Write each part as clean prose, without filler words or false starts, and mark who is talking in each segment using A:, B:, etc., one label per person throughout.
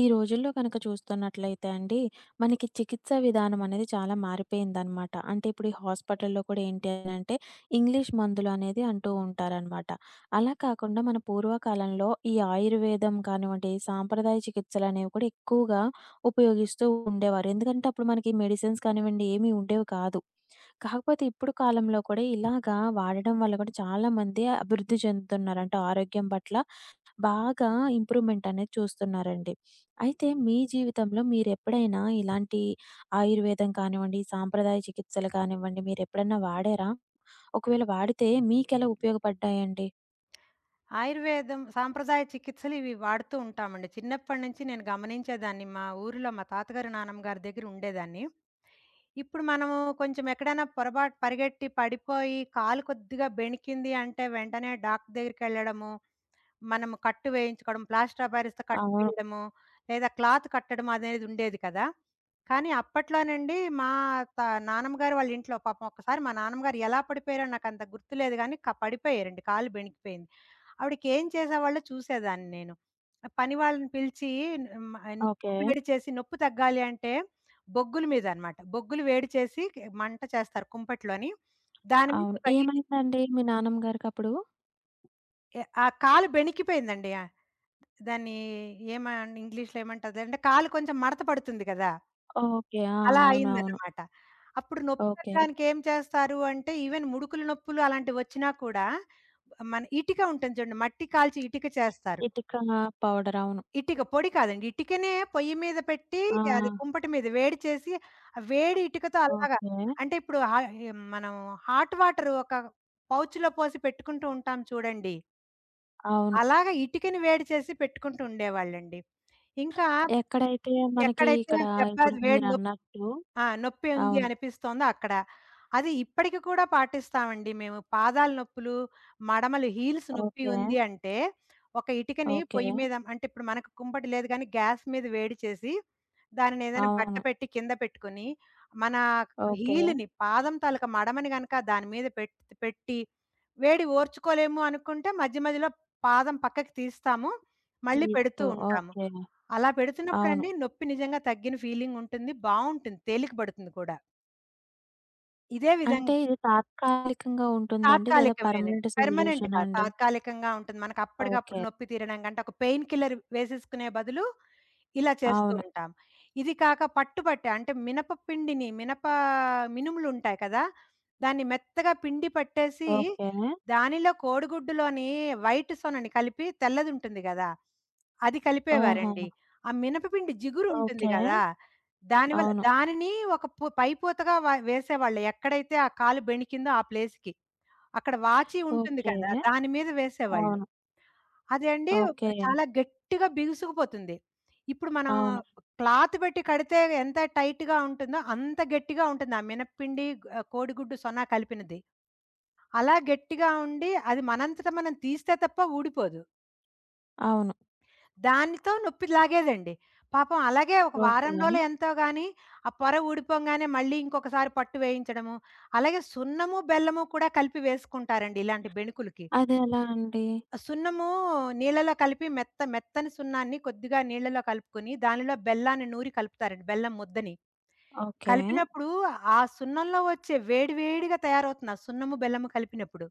A: ఈ రోజుల్లో కనుక చూస్తున్నట్లయితే అండి, మనకి చికిత్స విధానం అనేది చాలా మారిపోయిందనమాట. అంటే ఇప్పుడు ఈ హాస్పిటల్‌లో కూడా ఏంటి అనంటే, ఇంగ్లీష్ మందులు అనేది అంటూ ఉంటారనమాట. అలా కాకుండా మన పూర్వకాలంలో ఈ ఆయుర్వేదం కానివ్వండి, సాంప్రదాయ చికిత్సలనేవి కూడా ఎక్కువగా ఉపయోగిస్తూ ఉండేవారు. ఎందుకంటే అప్పుడు మనకి మెడిసిన్స్ కానివ్వండి ఏమీ ఉండేవి కాదు. కాకపోతే ఇప్పుడు కాలంలో కూడా ఇలాగా వాడడం వల్ల కూడా చాలామంది అభివృద్ధి చెందుతున్నారు. అంటే ఆరోగ్యం పట్ల బాగా ఇంప్రూవ్‌మెంట్ అనేది చూస్తున్నారండి. అయితే మీ జీవితంలో మీరెప్పుడైనా ఇలాంటి ఆయుర్వేదం కానివ్వండి, సాంప్రదాయ చికిత్సలు కానివ్వండి, మీరెప్పుడన్నా వాడారా? ఒకవేళ వాడితే మీకెలా ఉపయోగపడ్డాయండి?
B: ఆయుర్వేదం సాంప్రదాయ చికిత్సలు ఇవి వాడుతూ ఉంటామండి. చిన్నప్పటి నుంచి నేను గమనించేదాన్ని. మా ఊరిలో మా తాతగారు, నానమ్మ గారి దగ్గర ఉండేదాన్ని. ఇప్పుడు మనము కొంచెం ఎక్కడైనా పొరబాటు పరిగెట్టి పడిపోయి కాలు కొద్దిగా బెణికింది అంటే వెంటనే డాక్టర్ దగ్గరికెళ్ళడము, మనము కట్టు వేయించుకోవడం, ప్లాస్టర్ ఆఫ్ పారిస్‌తో కట్టు
A: అవును.
B: వేయడము, లేదా క్లాత్ కట్టడం అనేది ఉండేది కదా! కానీ అప్పట్లోనండి మా త నానమ్మ గారు వాళ్ళ ఇంట్లో పాపం ఒక్కసారి మా నాన్నమ్మ గారు ఎలా పడిపోయారో నాకంత గుర్తులేదు గానీ పడిపోయారండి. కాలు బెణికిపోయింది. ఆవిడకేం చేసేవాళ్ళో చూసేదాన్ని నేను. ఆ పని వాళ్ళని పిలిచి
A: ఓకే.
B: నిప్పు వేడి చేసి నొప్పి తగ్గాలి అంటే బొగ్గుల మీద అన్నమాట. బొగ్గులు వేడి చేసి మంట చేస్తారు కుంపట్లోని. దాని మీద
A: అవును.
B: ఒక ఇటు
A: ఏమైందండి మీ నాన్నమ్మ గారికప్పుడు?
B: ఆ కాలు బెణికిపోయిందండి. దాన్ని ఇంగ్లీష్‌లో ఏమంటారంటే కాలు కొంచెం మడత పడుతుంది కదా!
A: ఓకే. ఆ!
B: అలా
A: అవును. అవును.
B: అయిందన్నమాట. అప్పుడు నొప్పి
A: ఓకే.
B: తగ్గడానికి ఏం చేస్తారు అంటే ఈవెన్ ముడుకుల నొప్పులు అలాంటివి వచ్చినా కూడా మన ఇటిక ఉంటుంది చూడండి. మట్టి కాల్చి ఇటిక చేస్తారు.
A: ఇటిక పౌడర్. అవును.
B: ఇటిక పొడి కాదండి. ఇటికనే పొయ్యి మీద పెట్టి
A: ఆ!
B: అది కుంపటి మీద వేడి చేసి, ఆ వేడి ఇటుకతో అలాగా
A: ఓకే.
B: అంటే ఇప్పుడు మనం హాట్ వాటర్ ఒక పౌచ్‌లో పోసి పెట్టుకుంటూ ఉంటాం చూడండి.
A: అవును.
B: అలాగా ఇటికని వేడి చేసి పెట్టుకుంటూ ఉండేవాళ్ళండి. ఇంకా
A: ఎక్కడైతే మనకి
B: ఎక్కడైతే
A: ఇక్కడ
B: దెబ్బ
A: ఇప్పుడు
B: వేడి నొ
A: మీరన్నట్టు
B: ఆ! నొప్పి ఉంది
A: అవును.
B: అనిపిస్తోందో అక్కడ. అది ఇప్పటికి కూడా పాటిస్తామండి మేము. పాదాల నొప్పులు, మడమలు హీల్స్ నొప్పి
A: ఓకే.
B: ఉంది అంటే, ఒక ఇటుకని
A: ఓకే.
B: పొయ్యి మీద అంటే ఇప్పుడు మనకు కుంపటి లేదు గానీ, గ్యాస్ మీద వేడి చేసి, దానిని ఏదైనా బట్ట
A: అవును.
B: పెట్టి కింద పెట్టుకొని, మన
A: ఓకే.
B: హీల్‌ని పాదం తాలూకా మడమని గనక దాని మీద పెట్టి, వేడి ఓర్చుకోలేము అనుకుంటే మధ్య మధ్యలో పాదం పక్కకి తీస్తాము. మళ్ళీ పెడుతూ
A: తీస్తూ.
B: ఉంటాము.
A: ఓకే.
B: అలా
A: అవును.
B: పెడుతున్నప్పుడండి నొప్పి నిజంగా తగ్గిన ఫీలింగుంటుంది. బావుంటుంది. తేలిక పడుతుంది కూడా. ఇదే
A: అంటే
B: విధంగా
A: ఇది తాత్కాలికంగా ఉంటుందండి? లేదా
B: తాత్కాలికమేనే.
A: పర్మనెంట్
B: పెర్మనెంట్
A: సొల్యూషనా
B: కాదు.
A: అండి?
B: తాత్కాలికంగా ఉంటుంది. మనకప్పటికప్పుడు
A: ఓకే.
B: నొప్పి తీరడం కంటే, ఒక పెయిన్ కిల్లర్ వేసేసుకునే బదులు ఇలా చేస్తూ
A: అవును.
B: ఉంటాం. ఇది కాక పట్టుబట్ట అంటే మినప పిండిని, మినుములుంటాయి కదా! దాన్ని మెత్తగా పిండి పట్టేసి,
A: ఓకే.
B: దానిలో కోడిగుడ్డులోని వైట్ సొనని కలిపి తెల్లదుంటుంది గదా! అది
A: ఆహా!
B: కలిపేవారండి. ఆ మినపపిండి జిగురు ఉంటుంది
A: ఓకే.
B: గదా! దానివల్ల
A: అవును.
B: దానిని ఒక పైపోతగా వేసేవాళ్ళు. ఎక్కడైతే ఆ కాలు బెణికిందో ఆ ప్లేస్‌కి. అక్కడ వాచి ఉంటుంది
A: ఓకే.
B: కదా! దాని మీద వేసేవాళ్ళు.
A: అవును.
B: అదండి
A: ఓకే.
B: చాలా గట్టిగా బిగుసుకుపోతుంది. ఇప్పుడు మనం
A: అవును.
B: క్లాత్ పెట్టి కడితే ఎంత టైట్‌గా ఉంటుందో అంత గట్టిగా ఉంటుంది. ఆ మినపపిండి, కోడిగుడ్డు సొనా కలిపినది. అలా గట్టిగా ఉండి అది మనంతట మనం తీస్తే తప్ప ఊడిపోదు.
A: అవును.
B: దానితో నొప్పి లాగేదండి. పాపం అలాగే ఒక
A: ఓకే.
B: వారం రోజులో ఎంతో గాని ఆ పొర ఊడిపోంగానే మళ్ళీ ఇంకొకసారి పట్టు వేయించడము. అలాగే సున్నము, బెల్లము కూడా కలిపి వేసుకుంటారండి ఇలాంటి బెణుకులకి.
A: అదెలా అండి?
B: సున్నము నీళ్ళలో కలిపి మెత్త మెత్తని సున్నాన్ని కొద్దిగా నీళ్ళలో కలుపుకొని, దానిలో బెల్లాన్ని నూరి కలుపుతారండి. బెల్లం ముద్దని.
A: ఓకే.
B: కలిపినప్పుడు ఆ సున్నంలో వచ్చే వేడి వేడిగా తయారవుతుంది. ఆ సున్నము, బెల్లము కలిపినప్పుడు.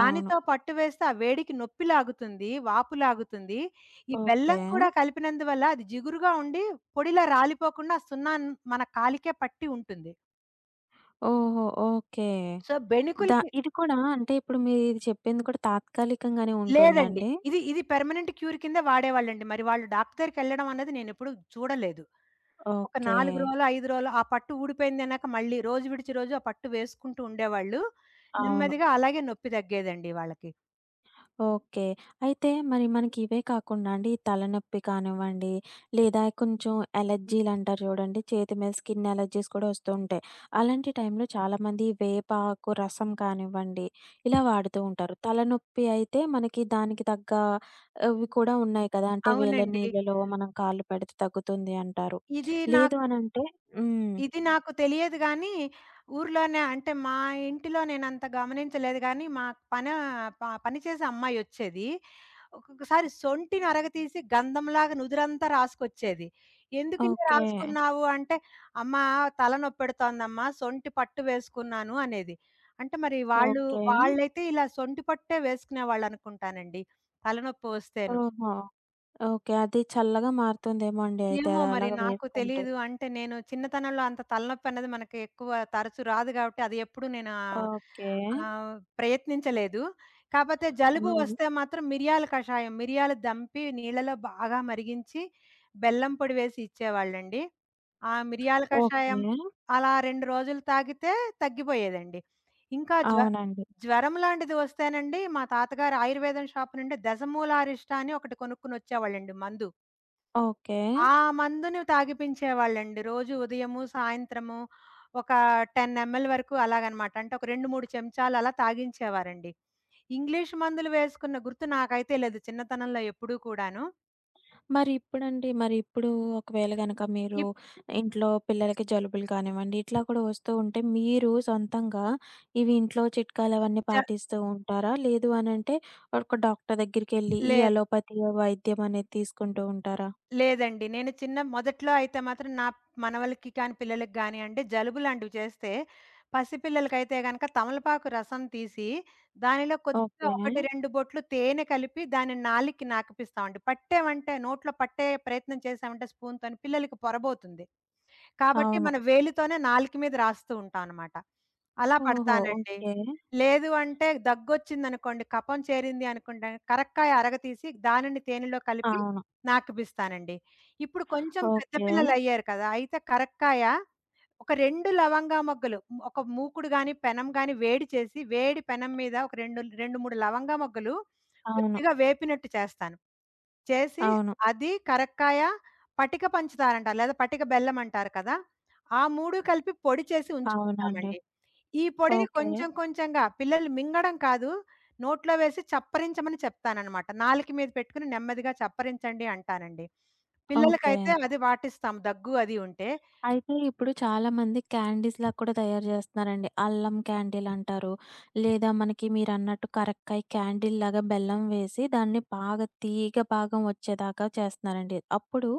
A: అవును.
B: పట్టు వేస్తే ఆ వేడికి నొప్పి లాగుతుంది. వాపు లాగుతుంది. ఈ బెల్లం
A: ఓకే.
B: కూడా కలిపినందువల్ల అది జిగురుగా ఉండి పొడిలా రాలిపోకుండా మన కాలికే పట్టి ఉంటుంది.
A: ఓహో! ఓకే.
B: సో,
A: ద
B: బెణుకులకి
A: ఇది కూడా అంటే ఇప్పుడు మీరిది చెప్పింది కూడా తాత్కాలికంగానే
B: లేదండి.
A: ఉంటుందండి?
B: ఇది ఇది పెర్మనెంట్ క్యూర్ కింద వాడేవాళ్ళండి. మరి వాళ్ళు డాక్టర్‌కెళ్ళడం అన్నది నేనెప్పుడు చూడలేదు. ఒక
A: ఓకే.
B: 4 రోజులో, 5 రోజులో ఆ పట్టు ఊడిపోయిందన్నాక మళ్ళీ రోజు విడిచి రోజు ఆ పట్టు వేసుకుంటూ ఉండేవాళ్ళు.
A: అవును.
B: నెమ్మదిగా అలాగే నొప్పి తగ్గేదండి వాళ్ళకి.
A: ఓకే. అయితే మరి మనకి ఇవే కాకుండా అండి, ఈ తలనొప్పి కానివ్వండి, లేదా కొంచెం అలర్జీలంటారు చూడండి, చేతి మీద స్కిన్ అలర్జీస్ కూడా వస్తూ ఉంటాయి. అలాంటి
B: అలాంటివి
A: టైంలో చాలామంది వేపాకు రసం కానివ్వండి, ఇలా
B: కూడా
A: వాడుతూ ఉంటారు. తలనొప్పి అయితే మనకి దానికి తగ్గ అవి
B: వాడేవి
A: కూడా
B: కూడా
A: ఉన్నాయి కదా! అంటే వేల
B: అవునండి.
A: నీళ్ళలో మనం కాళ్ళు పెడితే తగ్గుతుంది అంటారు.
B: ఇది
A: లేదు
B: నాకు
A: అనంటే హ్మ్.
B: ఇది నాకు తెలియదు గానీ, ఊర్లోనే అంటే మా ఇంటిలో నేనంత గమనించలేదు గానీ, మా పనా ప పని చేసే అమ్మాయొచ్చేది. ఒక్కొక్కసారి సొంటిని అరగతీసి గంధంలాగా నుదురంతా రాసుకొచ్చేది. ఎందుకిలా
A: ఓకే.
B: రాసుకున్నావు అంటే, "అమ్మా తలనొప్పెడుతోందమ్మా, సొంటి పట్టు వేసుకున్నాను" అనేది. అంటే మరి వాళ్ళు
A: ఓకే.
B: వాళ్ళైతే ఇలా సొంటి పట్టే వేసుకునేవాళ్ళనుకుంటానండి. తలనొప్పి వస్తేను.
A: ఓహో! ఓకే. అది చల్లగా మారుతుందేమో అండి అయితే
B: ఏమో
A: అది
B: మరి
A: అలాగా
B: నాకు
A: వేసుకుంటే.
B: తెలీదు. అంటే నేను చిన్నతనంలో అంత తలనొప్పి అన్నది మనకి ఎక్కువ తరచు రాదు గాబట్టి, అది ఎప్పుడు నేను ఆహ్,
A: ఓకే.
B: ఆహ్, ప్రయత్నించలేదు. కాపోతే జలుబు
A: అవును.
B: వస్తే మాత్రం మిరియాల కషాయం, మిరియాలు దంపి నీళ్ళలో బాగా మరిగించి, బెల్లం పొడి వేసి ఇచ్చేవాళ్ళండి. ఆ మిరియాల కషాయం
A: ఓకే.
B: అలా 2 రోజులు తాగితే తగ్గిపోయేదండి. ఇంకా జ్వ
A: అవునండి.
B: జ్వరం లాంటిది వస్తేనండి, మా తాతగారు ఆయుర్వేదం షాప్ నుండి దశమూలారిష్ట అని ఒకటి కొనుక్కొనొచ్చేవాళ్ళండి మందు.
A: ఓకే.
B: ఆ! మందుని తాగిపించేవాళ్ళండి. రోజు ఉదయము, సాయంత్రము ఒక 10 ml వరకు అలాగనమాట. అంటే ఒక 2, 3 చెంచాలు అలా తాగించేవారండి. ఇంగ్లీష్ మందులు వేసుకున్న గుర్తు నాకైతే లేదు చిన్నతనంలో ఎప్పుడూ కూడాను.
A: మరి ఇప్పుడండి, మరి ఇప్పుడు ఒకవేళ గనక మీరు
B: ఇప్
A: ఇంట్లో పిల్లలకి జలుబులు కానివ్వండి, ఇట్లా కూడా వస్తూ ఉంటే మీరు సొంతంగా ఇవి ఇంట్లో చిట్కాలవన్నీ
B: జ
A: పాటిస్తూ ఉంటారా? లేదు అనంటే ఒక డాక్టర్ దగ్గరికెళ్లి ఈ
B: లే
A: అలోపతి వైద్యం అనేది తీసుకుంటూ ఉంటారా?
B: లేదండి. నేను చిన్న మొదట్లో అయితే మాత్రం నా మనవలకి కానీ, పిల్లలకి గానియండి జలుబు లాంటివి చేస్తే, పసిపిల్లలకైతే గనక తమలపాకు రసం తీసి, దానిలో కొద్దిగా
A: ఓకే.
B: 1, 2 బొట్లు తేనె కలిపి దాన్ని నాలిక్కి నాకిపిస్తామండి. పట్టామంటే నోట్లో పట్టే ప్రయత్నం చేశామంటే స్పూన్‌తోని పిల్లలకి పొరబోతుంది. కాబట్టి
A: అవును.
B: మన వేలితోనే నాలుక మీద రాస్తూ ఉంటాం అనమాట. అలా
A: ఓహో!
B: పడతానండి.
A: ఓకే.
B: లేదు అంటే దగ్గొచ్చిందనుకోండి, కఫం చేరింది అనుకుంటే కరక్కాయ అరగ తీసి దానిని తేనెలో కలిపి
A: అవును.
B: నాకిబిస్తానండి. ఇప్పుడు కొంచెం పెద్ద
A: ఓకే.
B: పిల్లలయ్యారు కదా! అయితే కరక్కాయ ఒక 2 లవంగా మొగ్గలు ఒక మూకుడు గాని, పెనం గాని వేడి చేసి, వేడి పెనం మీద ఒక రెండు 2, 3 లవంగా మొగ్గలు
A: అవును.
B: కొద్దిగా వేపినట్టు చేస్తాను. చేసి
A: అవును.
B: అది కరక్కాయ, పటిక పంచుతారంటారు. లేదా పటిక బెల్లం అంటారు కదా! ఆ 3 కలిపి పొడి చేసి
A: అవునండి.
B: ఉంచుకుంటామండి. ఈ పొడిని
A: ఓకే.
B: కొంచెం కొంచెంగా పిల్లలు మింగడం కాదు, నోట్లో వేసి చప్పరించమని చెప్తాననమాట. నాలుక మీద పెట్టుకొని నెమ్మదిగా చప్పరించండి అంటానండి.
A: ఓకే.
B: పిల్లలకైతే అది వాటిస్తాం దగ్గు అది ఉంటే.
A: అయితే ఇప్పుడు చాలామంది క్యాండీస్‌లా కూడా తయారు జేస్తున్నారండి. అల్లం క్యాండీలంటారు. లేదా మనకి మీరన్నట్టు కరక్కాయ క్యాండీల్లాగా బెల్లం వేసి దాన్ని బాగా తీగ భాగం వచ్చేదాకా చేస్తున్నారండి. అప్పుడు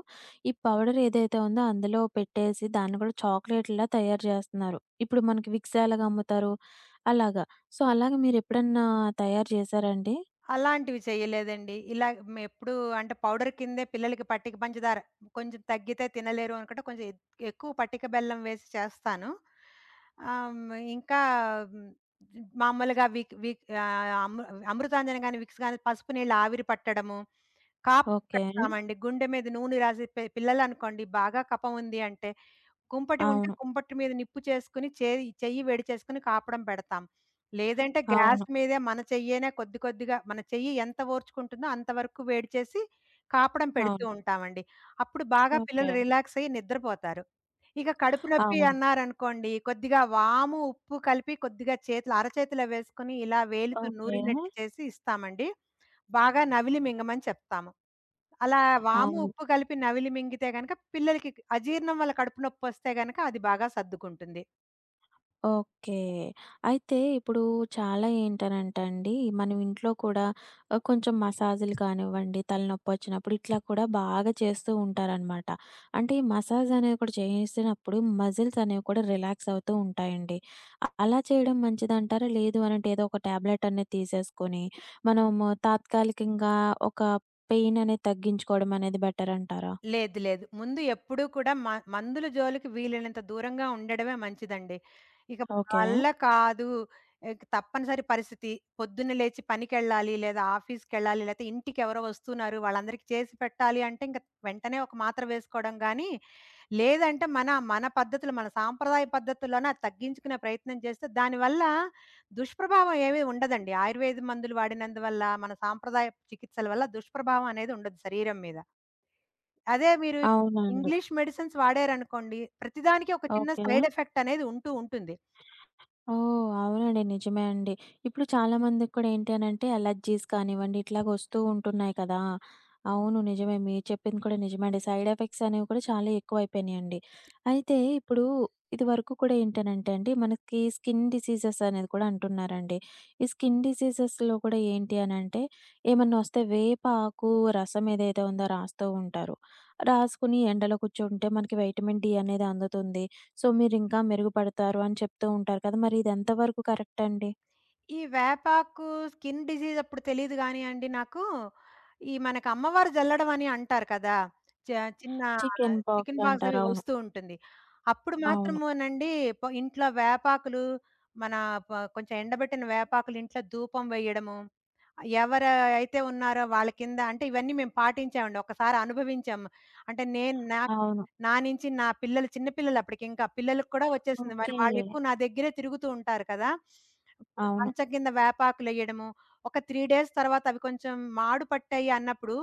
A: ఈ పౌడర్ ఏదైతే ఉందో అందులో పెట్టేసి దాన్ని గూడా చాక్లేట్‌లా తయారు జేస్తున్నారు. ఇప్పుడు మనకి విక్స్ ఎలాగా అమ్ముతారు అలాగా. సో, అలాగా మీరెప్పుడన్నా తయారు జేశారండి?
B: అలాంటివి చేయలేదండి. ఇలా మేమెప్పుడూ అంటే పౌడర్ కిందే పిల్లలకి పట్టిక పంచదార కొంచెం తగ్గితే తినలేరు అనుకుంటే కొంచెం ఎక్కువ పట్టిక బెల్లం వేసి చేస్తాను. ఇంకా హ్మ్, మామూలుగా విక్ విక్ అమృతాంజన్ గాని, విక్స్ గాని పసుపు నీళ్ళు ఆవిరి పట్టడము, కాపం
A: ఓకే.
B: పెడతామండి. గుండె మీద నూనె రాసి పిల్లలనుకోండి బాగా కఫం ఉంది అంటే కుంపటి ఉంటే
A: అవును.
B: కుంపటి మీద నిప్పు చేసుకొని చెయ్యి వేడి చేసుకొని కాపడం పెడతాం. లేదంటే గ్యాస్
A: అవును.
B: మీదే మన చెయ్యేనే కొద్ది కొద్దిగా మన చెయ్యి ఎంత ఓర్చుకుంటుందో అంతవరకు వేడి చేసి కాపడం పెడుతూ
A: అవును.
B: ఉంటామండి. అప్పుడు బాగా
A: ఓకే.
B: పిల్లలు రిలాక్స్ అయ్యి నిద్రపోతారు. ఇక కడుపు నొప్పి
A: అవును.
B: అన్నారనుకోండి, కొద్దిగా వాము, ఉప్పు కలిపి కొద్దిగా చేతులు అరచేతిలో వేసుకొని ఇలా వేలితో
A: ఓకే.
B: నూరినట్టు చేసి ఇస్తామండి. బాగా నవిలి మింగమని చెప్తాము. అలా వాము,
A: అవును.
B: ఉప్పు కలిపి నవిలి మింగితే గనక పిల్లలకి అజీర్ణం వల్ల కడుపు నొప్పొస్తే గనక అది బాగా సర్దుకుంటుంది.
A: ఓకే. అయితే ఇప్పుడు చాలా ఏంటనంటే అండి, మనం ఇంట్లో కూడా కొంచెం మసాజులు కానివ్వండి, తలనొప్పొచ్చినప్పుడు ఇట్లా కూడా బాగా చేస్తూ ఉంటారనమాట. అంటే ఈ మసాజ్ అనేది కూడా చేసినప్పుడు మజిల్స్ అనేవి కూడా రిలాక్స్ అవుతూ ఉంటాయండి. అలా చేయడం మంచిదంటారా? లేదు అనంటే ఏదో ఒక టాబ్లెట్ అనేది తీసేసుకొని, మనము తాత్కాలికంగా ఒక పెయిన్ అనేది తగ్గించుకోవడం అనేది బెటర్ అంటారా?
B: లేదు. లేదు. ముందు ఎప్పుడూ కూడా మందుల జోలికి వీలైనంత దూరంగా ఉండడమే మంచిదండి. ఇక మన
A: ఓకే.
B: వల్ల కాదు, ఇక తప్పనిసరి పరిస్థితి పొద్దున్న లేచి పనికెళ్ళాలి, లేదా ఆఫీస్‌కెళ్ళాలి, లేతే ఇంటికెవరో వస్తున్నారు, వాళ్ళందరికీ చేసి పెట్టాలి అంటే ఇంక వెంటనే ఒక మాత్ర వేసుకోవడం గానీ, లేదంటే మన మన పద్ధతులు, మన సాంప్రదాయ పద్ధతుల్లోనే అది తగ్గించుకునే ప్రయత్నం చేస్తే దానివల్ల దుష్ప్రభావం ఏమీ ఉండదండి. ఆయుర్వేద మందులు వాడినందువల్ల, మన సాంప్రదాయ చికిత్సల వల్ల దుష్ప్రభావం అనేది ఉండదు శరీరం మీద. అదే మీరు
A: అవునండి.
B: ఇంగ్లీష్ మెడిసిన్స్ వాడారనుకోండి, ప్రతిదానికి ఒక చిన్న
A: ఓకే.
B: సైడ్ ఎఫెక్ట్ అనేది ఉంటూ ఉంటుంది.
A: ఓహ్! అవునండి. నిజమే అండి. ఇప్పుడు చాలామందికి కూడా ఏంటి అనంటే అలర్జీస్ కానివ్వండి, ఇట్లాగ వస్తూ ఉంటున్నాయి కదా! అవును. నిజమే. మీరు చెప్పింది కూడా నిజమే అండి. సైడ్ ఎఫెక్ట్స్ అనేవి కూడా చాలా ఎక్కువైపోయినాయండి. అయితే ఇప్పుడు ఇదివరకు కూడా ఏంటనంటే అండి, మనకి స్కిన్ డిసీజెస్ అనేది కూడా అంటున్నారండి. ఈ స్కిన్ డిసీజెస్‌లో కూడా ఏంటి అనంటే, ఏమన్నా వస్తే వేప ఆకు రసం ఏదైతే ఉందో రాస్తూ ఉంటారు. రాసుకొని ఎండలో కూర్చుంటే మనకి వైటమిన్ డి అనేది అందుతుంది. సో, మీరింకా మెరుగుపడతారు అని చెప్తూ ఉంటారు కదా! మరి ఇది ఎంతవరకు కరెక్ట్ అండి?
B: ఈ వేపాకు స్కిన్ డిసీజ్ అప్పుడు తెలీదు గానీయండి నాకు. ఈ మనకు అమ్మవారు జల్లడం అని అంటారు కదా! చ చిన్న
A: చికెన్
B: చికెన్
A: పాక్స్
B: పాక్స్ అవి
A: అంటారు. అవును.
B: వస్తూ ఉంటుంది. అప్పుడు
A: అవును.
B: మాత్రమేనండి ఇంట్లో వేపాకులు మన ప కొంచెం ఎండబెట్టిన వేపాకులు ఇంట్లో ధూపం వేయడము. ఎవరు అయితే ఉన్నారో వాళ్ళ కింద అంటే ఇవన్నీ మేము పాటించామండి. ఒక్కసారి అనుభవించాము. అంటే నేను నాకు
A: అవును.
B: నా నుంచి నా పిల్లలు చిన్న పిల్లలు అప్పటికింకా. పిల్లలకి కూడా వచ్చేసింది. మరి
A: ఓకే.
B: వాళ్ళెక్కువ నా దగ్గరే తిరుగుతూ ఉంటారు కదా!
A: అవును.
B: మంచం కింద వేపాకులెయడము. ఒక 3 డేస్ తర్వాత అవి కొంచెం మాడు పట్టాయి అన్నప్పుడు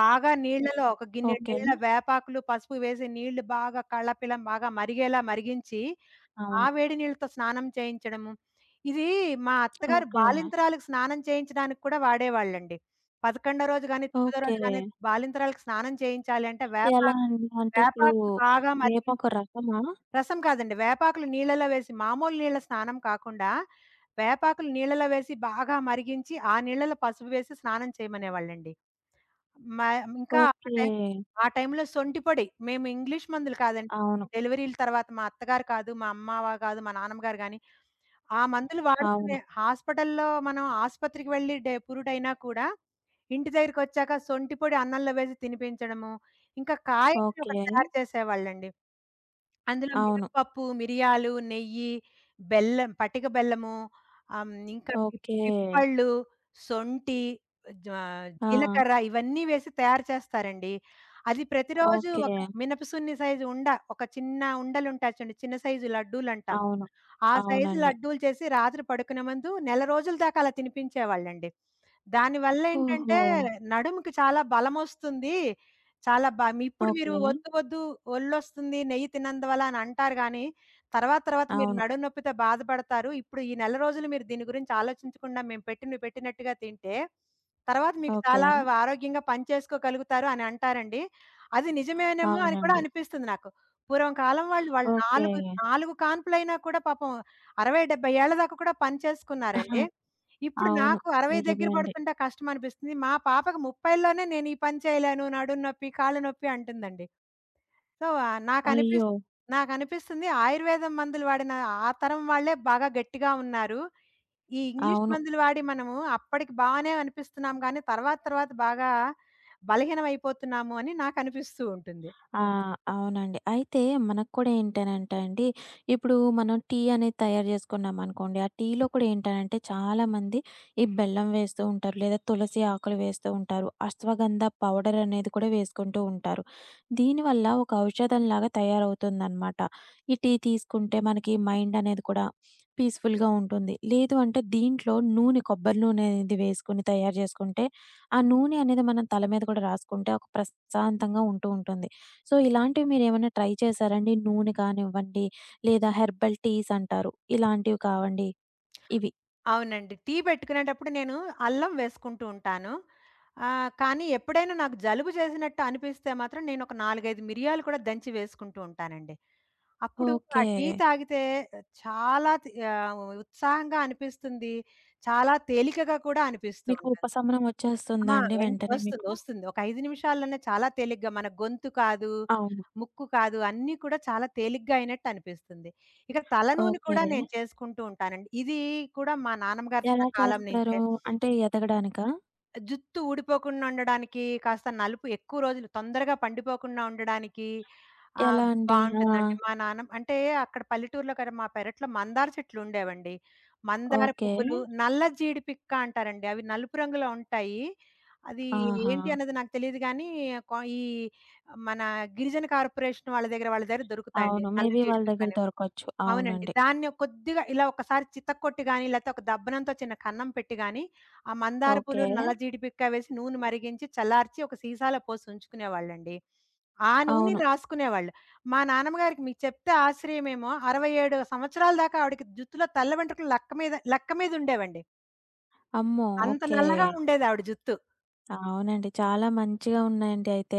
B: బాగా నీళ్ళలో ఒక గిన్నెడు
A: ఓకే.
B: నీళ్ళ వేపాకులు, పసుపు వేసి నీళ్లు బాగా కళ్ళపిల్లం బాగా మరిగేలా మరిగించి ఆ
A: అవును.
B: వేడి నీళ్ళతో స్నానం చేయించడము. ఇది మా అత్తగారు
A: ఓకే.
B: బాలింతరాలకు స్నానం చేయించడానికి కూడా వాడేవాళ్ళండి. 11 రోజు గాని, తొమ్మిదో
A: ఓకే.
B: రోజు గాని బాలింతరాలకు స్నానం చేయించాలి అంటే
A: ఎలా
B: వేపాకు
A: అండి? అంటే ఇప్పుడు
B: వేపాకులు బాగా
A: వేపొక
B: మరిగించి
A: రకమా?
B: రసం కాదండి. వేపాకులు నీళ్ళలో వేసి మామూలు నీళ్ళ స్నానం కాకుండా వేపాకులు నీళ్ళలో వేసి బాగా మరిగించి, ఆ నీళ్ళలో పసుపు వేసి స్నానం చేయమనేవాళ్ళండి. మ ఇంకా ఆ
A: ఓకే.
B: టైం ఆ టైంలో సొంటి పొడి మేము ఇంగ్లీష్ మందులు కాదండి.
A: అవును.
B: డెలివరీల తర్వాత మా అత్తగారు కాదు, మా అమ్మ కాదు, మా నాన్నమ్మ గారు గాని ఆ మందులు వాడుతూనే
A: అవును.
B: హాస్పిటల్‌లో మనం ఆసుపత్రికి వెళ్లి పురుడైనా కూడా, ఇంటి దగ్గరికొచ్చాక సొంటి పొడి అన్నంలో వేసి తినిపించడము, ఇంకా కాయలని ఒకటి
A: ఓకే.
B: తయారు చేసేవాళ్ళండి. అందులో
A: అవును.
B: మినపప్పు, మిరియాలు, నెయ్యి, బెల్లం పటిక బెల్లము, ఇంకా పిప్
A: ఓకే.
B: పిప్పళ్ళు, సొంఠి, జ
A: ఆ!
B: జీలకర్ర ఇవన్నీ వేసి తయారు చేస్తారండి. అది ప్రతిరోజు
A: ఓకే.
B: ఒక మినపసున్ని సైజు ఉండ ఒక చిన్న ఉండలుంటాయి చూడండి. చిన్న సైజు లడ్డూలంటాం.
A: అవును.
B: ఆ సైజు
A: అవునండి.
B: లడ్డూలు చేసి రాత్రి పడుకునే ముందు నెల రోజుల దాకా అలా తినిపించేవాళ్ళండి. దానివల్లేంటంటే
A: ఓహో!
B: నడుముకి చాలా బలమొస్తుంది. ఇప్పుడు మీరు
A: ఓకే.
B: "వద్దు వద్దు ఒళ్ళొస్తుంది, నెయ్యి తిన్నందువల్ల" అని అంటారు గానీ, తర్వాత తర్వాత మీరు
A: అవును.
B: నడుము నొప్పితో బాధపడతారు. ఇప్పుడు ఈ నెల రోజులు మీరు దీని గురించి ఆలోచించకుండా మేము పెట్టినవి పెట్టినట్టుగా తింటే, తర్వాత మీకు
A: ఓకే.
B: చాలా ఆరోగ్యంగా పని చేసుకోగలుగుతారు అని అంటారండి. అది నిజమేనేమో అని కూడా
A: అవునండి.
B: అనిపిస్తుంది నాకు. పూర్వం కాలం వాళ్ళు
A: ఓకే.
B: 4, 4 కాన్పులైనా కూడా పాపం 60, 70 ఏళ్ల దాకా కూడా పని చేసుకున్నారండి. ఇప్పుడు
A: అవును.
B: నాకు 60
A: నిజమే
B: దగ్గర
A: అండి.
B: పడుతుంటే కష్టం అనిపిస్తుంది. మా పాపకి 30లోనే నేను ఈ పని చేయలేను. నడుము నొప్పి, కాళ్ళు నొప్పి అంటుందండి. సో, ఆహ్, నాకనిపిస్
A: అయ్యో!
B: నాకనిపిస్తుంది ఆయుర్వేదం మందులు వాడిన ఆ తరం వాళ్ళే బాగా గట్టిగా ఉన్నారు. ఈ ఇంగ్లీష్
A: అవును.
B: మందులు వాడి మనము అప్పటికి బానే అనిపిస్తున్నాం గానీ తర్వాత తర్వాత బాగా బలహీనమైపోతున్నాము అని నాకనిపిస్తూ ఉంటుంది.
A: ఆ! అవునండి. అయితే మనకు కూడా ఏంటనంటే అండి, ఇప్పుడు మనం టీ అనేది తయారు చేసుకున్నామనుకోండి, ఆ టీలో కూడా ఏంటనంటే చాలామంది ఈ బెల్లం వేస్తూ ఉంటారు, లేదా తులసి ఆకులు వేస్తూ ఉంటారు. అశ్వగంధ పౌడర్ అనేది కూడా వేసుకుంటూ ఉంటారు. దీనివల్ల ఒక ఔషధంలాగా తయారవుతుందనమాట. ఈ టీ తీసుకుంటే మనకి మైండ్ అనేది కూడా పీస్‌ఫుల్‌గా ఉంటుంది. లేదు అంటే దీంట్లో నూనె కొబ్బరి నూనె అనేది వేసుకొని తయారు చేసుకుంటే, ఆ నూనె అనేది మనం తల మీద కూడా రాసుకుంటే ఒక ప్రశాంతంగా ఉంటూ ఉంటుంది. సో, ఇలాంటివి మీరేమన్నా ట్రై చేశారా అండి? నూనె కానివ్వండి, లేదా హెర్బల్ టీస్ అంటారు. ఇలాంటివి కావండి ఇవి.
B: అవునండి. టీ పెట్టుకునేటప్పుడు నేను అల్లం వేసుకుంటూ ఉంటాను. ఆహ్, కానీ ఎప్పుడైనా నాకు జలుబు చేసినట్టు అనిపిస్తే మాత్రం నేనొక 4, 5 మిరియాలు కూడా దంచి వేసుకుంటూ ఉంటానండి. అప్పుడు ఆ
A: ఓకే.
B: టీ తాగితే చాలా ఉత్సాహంగా అనిపిస్తుంది. చాలా తేలికగా కూడా అనిపిస్తూ
A: మీకు
B: ఉంటుంది.
A: ఉపశమనం
B: ఆ!
A: వచ్చేస్తుందా అండి వెంటనే
B: వస్తుంది.
A: మీకు?
B: వస్తుంది. ఒక 5 నిమిషాల్లోనే చాలా తేలిగ్గా మన గొంతు కాదు,
A: అవును.
B: ముక్కు కాదు అన్నీ కూడా చాలా తేలిగ్గా అయినట్టు అనిపిస్తుంది. ఇక తలనూనె
A: ఓకే.
B: కూడా నేను చేసుకుంటూ ఉంటానండి. ఇది కూడా మా నాన్నమ్మ
A: ఎలా
B: గారి కాలం
A: చేస్తారు?
B: నుంచే
A: అంటే ఎదగడానికా?
B: జుత్తు ఊడిపోకుండా ఉండడానికి, కాస్త నలుపు ఎక్కువ రోజులు తొందరగా పండిపోకుండా ఉండడానికి ఆహ్,
A: ఎలా అండి? ఆ!
B: బావుంటుందండి. మా నాన్నమ్మ అంటే అక్కడ పల్లెటూరులో కదా! మా పెరట్లో మందార చెట్లుండేవండి. మందార
A: ఓకే.
B: పువ్వులు, నల్ల జీడి పిక్క అంటారండి. అవి నలుపు రంగులో ఉంటాయి. అది
A: ఆహా!
B: ఏంటి అన్నది నాకు తెలీదు గానీ, ఈ మన గిరిజన కార్పొరేషన్ వాళ్ళ దగ్గర దొరుకుతాయండి.
A: అవును.
B: నల్ల
A: మేబీ
B: జీడి
A: వాళ్ళ దగ్గర
B: పిక్కని.
A: దొరకొచ్చు.
B: అవునండి.
A: అవునండి.
B: దాన్ని కొద్దిగా ఇలా ఒకసారి చితక్కొట్టి గాని, లేతే ఒక దబ్బనంతో చిన్న కన్నం పెట్టి గాని, ఆ మందార
A: ఓకే.
B: పూలు, నల్ల జీడిపిక్క వేసి నూనె మరిగించి, చల్లార్చి ఒక సీసాలో పోసి ఉంచుకునేవాళ్ళండి. ఆ
A: అవును.
B: నూనెని రాసుకునేవాళ్ళు. మా నాన్నమ్మ గారికి మీకు చెప్తే ఆశ్చర్యమేమో 67 సంవత్సరాల దాకా ఆవిడకి జుత్తులో తల్ల వెంట్రుకలు లక్క మీద ఉండేవండి.
A: అమ్మో!
B: అంత
A: ఓకే.
B: నల్లగా ఉండేదావిడ జుత్తు.
A: అవునండి. చాలా మంచిగా ఉన్నాయండి అయితే.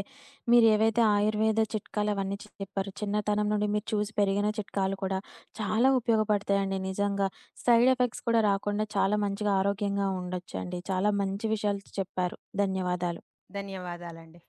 A: మీరేవైతే ఆయుర్వేద చిట్కాలవన్నీ చెప్పారో, చిన్నతనం నుండి మీరు చూసి పెరిగిన చిట్కాలు కూడా చాలా ఉపయోగపడతాయండి నిజంగా. సైడ్ ఎఫెక్ట్స్ కూడా రాకుండా చాలా మంచిగా ఆరోగ్యంగా ఉండొచ్చండి. చాలా మంచి విషయాలు చెప్పారు. ధన్యవాదాలు.
B: ధన్యవాదాలండి.